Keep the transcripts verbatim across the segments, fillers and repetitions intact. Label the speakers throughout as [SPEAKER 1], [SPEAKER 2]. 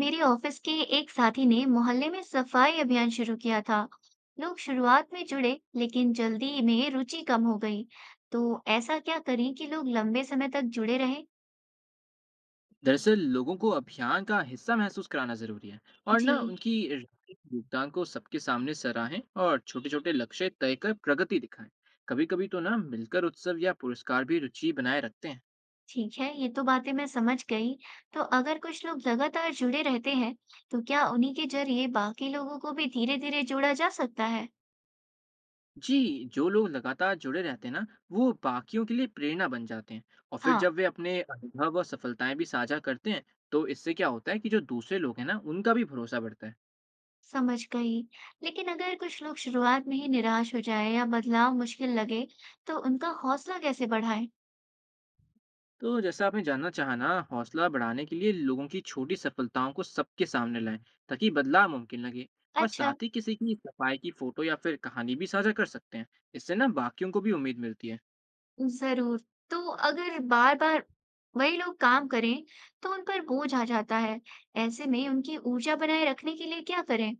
[SPEAKER 1] मेरे ऑफिस के एक साथी ने मोहल्ले में सफाई अभियान शुरू किया था। लोग शुरुआत में जुड़े, लेकिन जल्दी में रुचि कम हो गई। तो ऐसा क्या करें कि लोग लंबे समय तक जुड़े रहे।
[SPEAKER 2] दरअसल लोगों को अभियान का हिस्सा महसूस कराना जरूरी है। और
[SPEAKER 1] जी।
[SPEAKER 2] ना उनकी राजनीतिक योगदान को सबके सामने सराहें और छोटे छोटे लक्ष्य तय कर प्रगति दिखाएं। कभी कभी तो ना मिलकर उत्सव या पुरस्कार भी रुचि बनाए रखते हैं।
[SPEAKER 1] ठीक है, ये तो बातें मैं समझ गई। तो अगर कुछ लोग लगातार जुड़े रहते हैं, तो क्या उन्हीं के जरिए बाकी लोगों को भी धीरे धीरे जोड़ा जा सकता है।
[SPEAKER 2] जी, जो लोग लगातार जुड़े रहते हैं ना, वो बाकियों के लिए प्रेरणा बन जाते हैं। और फिर
[SPEAKER 1] हाँ।
[SPEAKER 2] जब वे अपने अनुभव और सफलताएं भी साझा करते हैं तो इससे क्या होता है कि जो दूसरे लोग हैं ना, उनका भी भरोसा बढ़ता है।
[SPEAKER 1] समझ गई। लेकिन अगर कुछ लोग शुरुआत में ही निराश हो जाए या बदलाव मुश्किल लगे, तो उनका हौसला कैसे बढ़ाएं।
[SPEAKER 2] तो जैसा आपने जानना चाहा ना, हौसला बढ़ाने के लिए लोगों की छोटी सफलताओं को सबके सामने लाएं ताकि बदलाव मुमकिन लगे। और
[SPEAKER 1] अच्छा।
[SPEAKER 2] साथ ही किसी की सफाई की फोटो या फिर कहानी भी साझा कर सकते हैं। इससे ना बाकियों को भी उम्मीद मिलती है।
[SPEAKER 1] जरूर। तो अगर बार बार वही लोग काम करें, तो उन पर बोझ आ जाता है। ऐसे में उनकी ऊर्जा बनाए रखने के लिए क्या करें।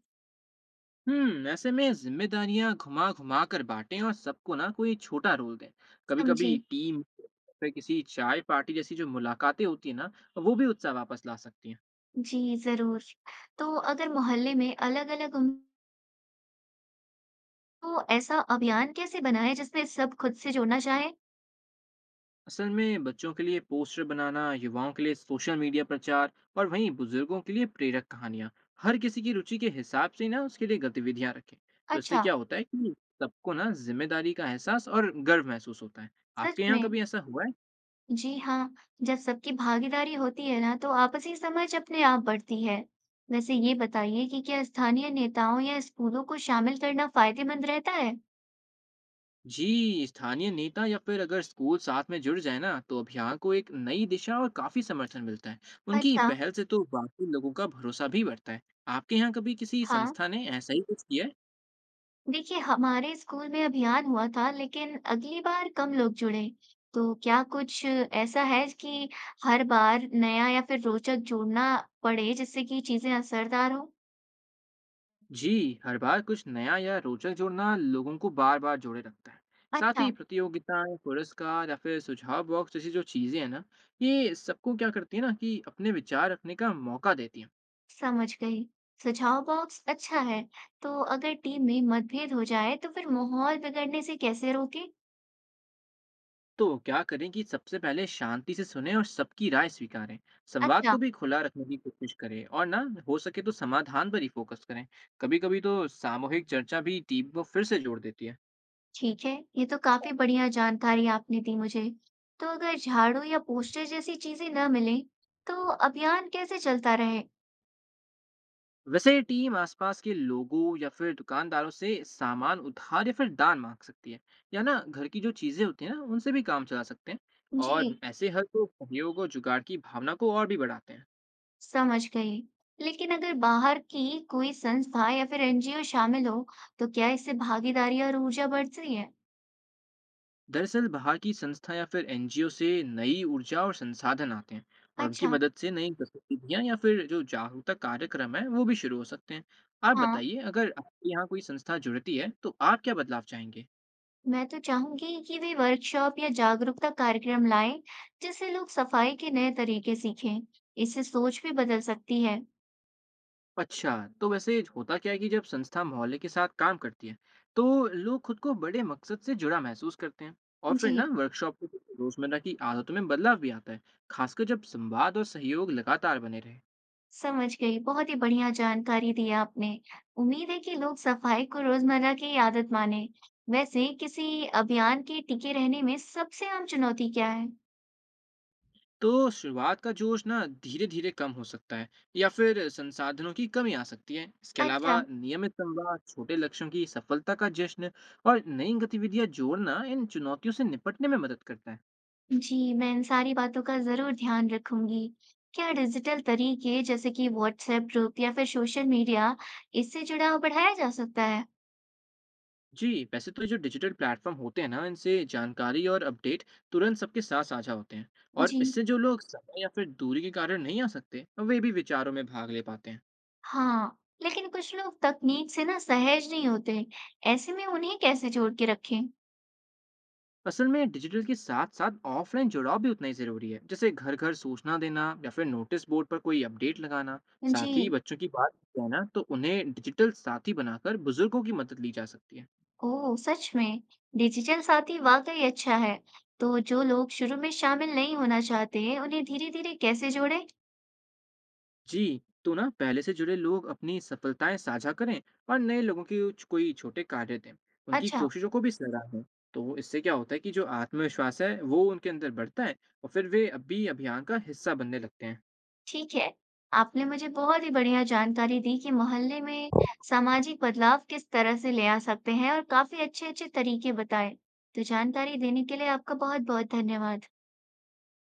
[SPEAKER 2] हम्म, ऐसे में जिम्मेदारियां घुमा घुमा कर बांटें और सबको ना कोई छोटा रोल दें। कभी
[SPEAKER 1] समझी।
[SPEAKER 2] कभी टीम, फिर किसी चाय पार्टी जैसी जो मुलाकातें होती है ना, वो भी उत्साह वापस ला सकती हैं।
[SPEAKER 1] जी, जरूर। तो अगर मोहल्ले में अलग अलग उम्र, तो ऐसा अभियान कैसे बनाए जिसमें सब खुद से जुड़ना चाहे।
[SPEAKER 2] असल में बच्चों के लिए पोस्टर बनाना, युवाओं के लिए सोशल मीडिया प्रचार, और वहीं बुजुर्गों के लिए प्रेरक कहानियाँ, हर किसी की रुचि के हिसाब से ना उसके लिए गतिविधियाँ रखें। तो इससे
[SPEAKER 1] अच्छा।
[SPEAKER 2] क्या होता है कि सबको ना जिम्मेदारी का एहसास और गर्व महसूस होता है।
[SPEAKER 1] सच
[SPEAKER 2] आपके यहाँ
[SPEAKER 1] में।
[SPEAKER 2] कभी ऐसा हुआ है?
[SPEAKER 1] जी हाँ। जब सबकी भागीदारी होती है ना, तो आपसी समझ अपने आप बढ़ती है। वैसे ये बताइए कि क्या स्थानीय नेताओं या स्कूलों को शामिल करना फायदेमंद रहता है।
[SPEAKER 2] जी, स्थानीय नेता या फिर अगर स्कूल साथ में जुड़ जाए ना तो अभियान को एक नई दिशा और काफी समर्थन मिलता है। उनकी
[SPEAKER 1] अच्छा।
[SPEAKER 2] पहल से तो बाकी लोगों का भरोसा भी बढ़ता है। आपके यहाँ कभी किसी
[SPEAKER 1] हाँ,
[SPEAKER 2] संस्था ने ऐसा ही कुछ किया है?
[SPEAKER 1] देखिए हमारे स्कूल में अभियान हुआ था, लेकिन अगली बार कम लोग जुड़े। तो क्या कुछ ऐसा है कि हर बार नया या फिर रोचक जोड़ना पड़े, जिससे कि चीजें असरदार हो।
[SPEAKER 2] जी, हर बार कुछ नया या रोचक जोड़ना लोगों को बार-बार जोड़े रखता है। साथ
[SPEAKER 1] अच्छा।
[SPEAKER 2] ही प्रतियोगिताएं, पुरस्कार या फिर सुझाव बॉक्स जैसी जो चीज़ें हैं ना, ये सबको क्या करती है ना कि अपने विचार रखने का मौका देती हैं।
[SPEAKER 1] समझ गई। सुझाव बॉक्स अच्छा है। तो अगर टीम में मतभेद हो जाए तो फिर माहौल बिगड़ने से कैसे रोके।
[SPEAKER 2] तो क्या करें कि सबसे पहले शांति से सुनें और सबकी राय स्वीकारें। संवाद
[SPEAKER 1] अच्छा।
[SPEAKER 2] को भी खुला रखने की कोशिश करें और ना हो सके तो समाधान पर ही फोकस करें। कभी-कभी तो सामूहिक चर्चा भी टीम को फिर से जोड़ देती है।
[SPEAKER 1] ठीक है, ये तो काफी बढ़िया जानकारी आपने दी मुझे। तो अगर झाड़ू या पोस्टर जैसी चीजें न मिले, तो अभियान कैसे चलता रहे।
[SPEAKER 2] वैसे टीम आसपास के लोगों या फिर दुकानदारों से सामान उधार या फिर दान मांग सकती है। या ना घर की जो चीजें होती हैं ना, उनसे भी काम चला सकते हैं।
[SPEAKER 1] जी।
[SPEAKER 2] और ऐसे हर तो सहयोग और जुगाड़ की भावना को और भी बढ़ाते हैं।
[SPEAKER 1] समझ गई। लेकिन अगर बाहर की कोई संस्था या फिर एन जी ओ शामिल हो, तो क्या इससे भागीदारी और ऊर्जा बढ़ती है।
[SPEAKER 2] दरअसल बाहर की संस्था या फिर एनजीओ से नई ऊर्जा और संसाधन आते हैं। और उनकी
[SPEAKER 1] अच्छा।
[SPEAKER 2] मदद से नई गतिविधियां या फिर जो जागरूकता कार्यक्रम है वो भी शुरू हो सकते हैं। आप
[SPEAKER 1] हाँ,
[SPEAKER 2] बताइए, अगर आपके यहाँ कोई संस्था जुड़ती है तो आप क्या बदलाव चाहेंगे?
[SPEAKER 1] मैं तो चाहूंगी कि वे वर्कशॉप या जागरूकता कार्यक्रम लाएं, जिससे लोग सफाई के नए तरीके सीखें। इससे सोच भी बदल सकती है।
[SPEAKER 2] अच्छा, तो वैसे होता क्या है कि जब संस्था मोहल्ले के साथ काम करती है तो लोग खुद को बड़े मकसद से जुड़ा महसूस करते हैं। और फिर ना
[SPEAKER 1] जी।
[SPEAKER 2] वर्कशॉप से रोजमर्रा की आदतों में बदलाव भी आता है, खासकर जब संवाद और सहयोग लगातार बने रहे।
[SPEAKER 1] समझ गई, बहुत ही बढ़िया जानकारी दी आपने। उम्मीद है कि लोग सफाई को रोजमर्रा की आदत माने। वैसे किसी अभियान के टिके रहने में सबसे आम चुनौती क्या है।
[SPEAKER 2] तो शुरुआत का जोश ना धीरे धीरे कम हो सकता है या फिर संसाधनों की कमी आ सकती है। इसके
[SPEAKER 1] अच्छा।
[SPEAKER 2] अलावा नियमित संवाद, छोटे लक्ष्यों की सफलता का जश्न और नई गतिविधियां जोड़ना इन चुनौतियों से निपटने में मदद करता है।
[SPEAKER 1] जी, मैं इन सारी बातों का ज़रूर ध्यान रखूँगी। क्या डिजिटल तरीके, जैसे कि व्हाट्सएप ग्रुप या फिर सोशल मीडिया, इससे जुड़ाव बढ़ाया जा सकता है?
[SPEAKER 2] जी, वैसे तो ये जो डिजिटल प्लेटफॉर्म होते हैं ना, इनसे जानकारी और अपडेट तुरंत सबके साथ साझा होते हैं। और
[SPEAKER 1] जी।
[SPEAKER 2] इससे जो लोग समय या फिर दूरी के कारण नहीं आ सकते, वे भी विचारों में भाग ले पाते हैं।
[SPEAKER 1] हाँ, लेकिन कुछ लोग तकनीक से ना सहज नहीं होते, ऐसे में उन्हें कैसे जोड़ के रखें?
[SPEAKER 2] असल में डिजिटल के साथ साथ ऑफलाइन जुड़ाव भी उतना ही जरूरी है, जैसे घर घर सूचना देना या फिर नोटिस बोर्ड पर कोई अपडेट लगाना।
[SPEAKER 1] जी।
[SPEAKER 2] साथ ही बच्चों की बात कहना तो उन्हें डिजिटल साथी बनाकर बुजुर्गों की मदद ली जा सकती है।
[SPEAKER 1] ओह! सच में, डिजिटल साथी वाक़ई अच्छा है। तो जो लोग शुरू में शामिल नहीं होना चाहते, उन्हें धीरे-धीरे कैसे जोड़ें?
[SPEAKER 2] जी, तो ना पहले से जुड़े लोग अपनी सफलताएं साझा करें और नए लोगों की कुछ- कोई छोटे कार्य दें। उनकी
[SPEAKER 1] अच्छा।
[SPEAKER 2] कोशिशों को भी सराहें। तो इससे क्या होता है कि जो आत्मविश्वास है वो उनके अंदर बढ़ता है। और फिर वे अब भी अभियान का हिस्सा बनने लगते हैं।
[SPEAKER 1] ठीक है, आपने मुझे बहुत ही बढ़िया जानकारी दी कि मोहल्ले में सामाजिक बदलाव किस तरह से ले आ सकते हैं, और काफ़ी अच्छे-अच्छे तरीके बताए। तो जानकारी देने के लिए आपका बहुत-बहुत धन्यवाद।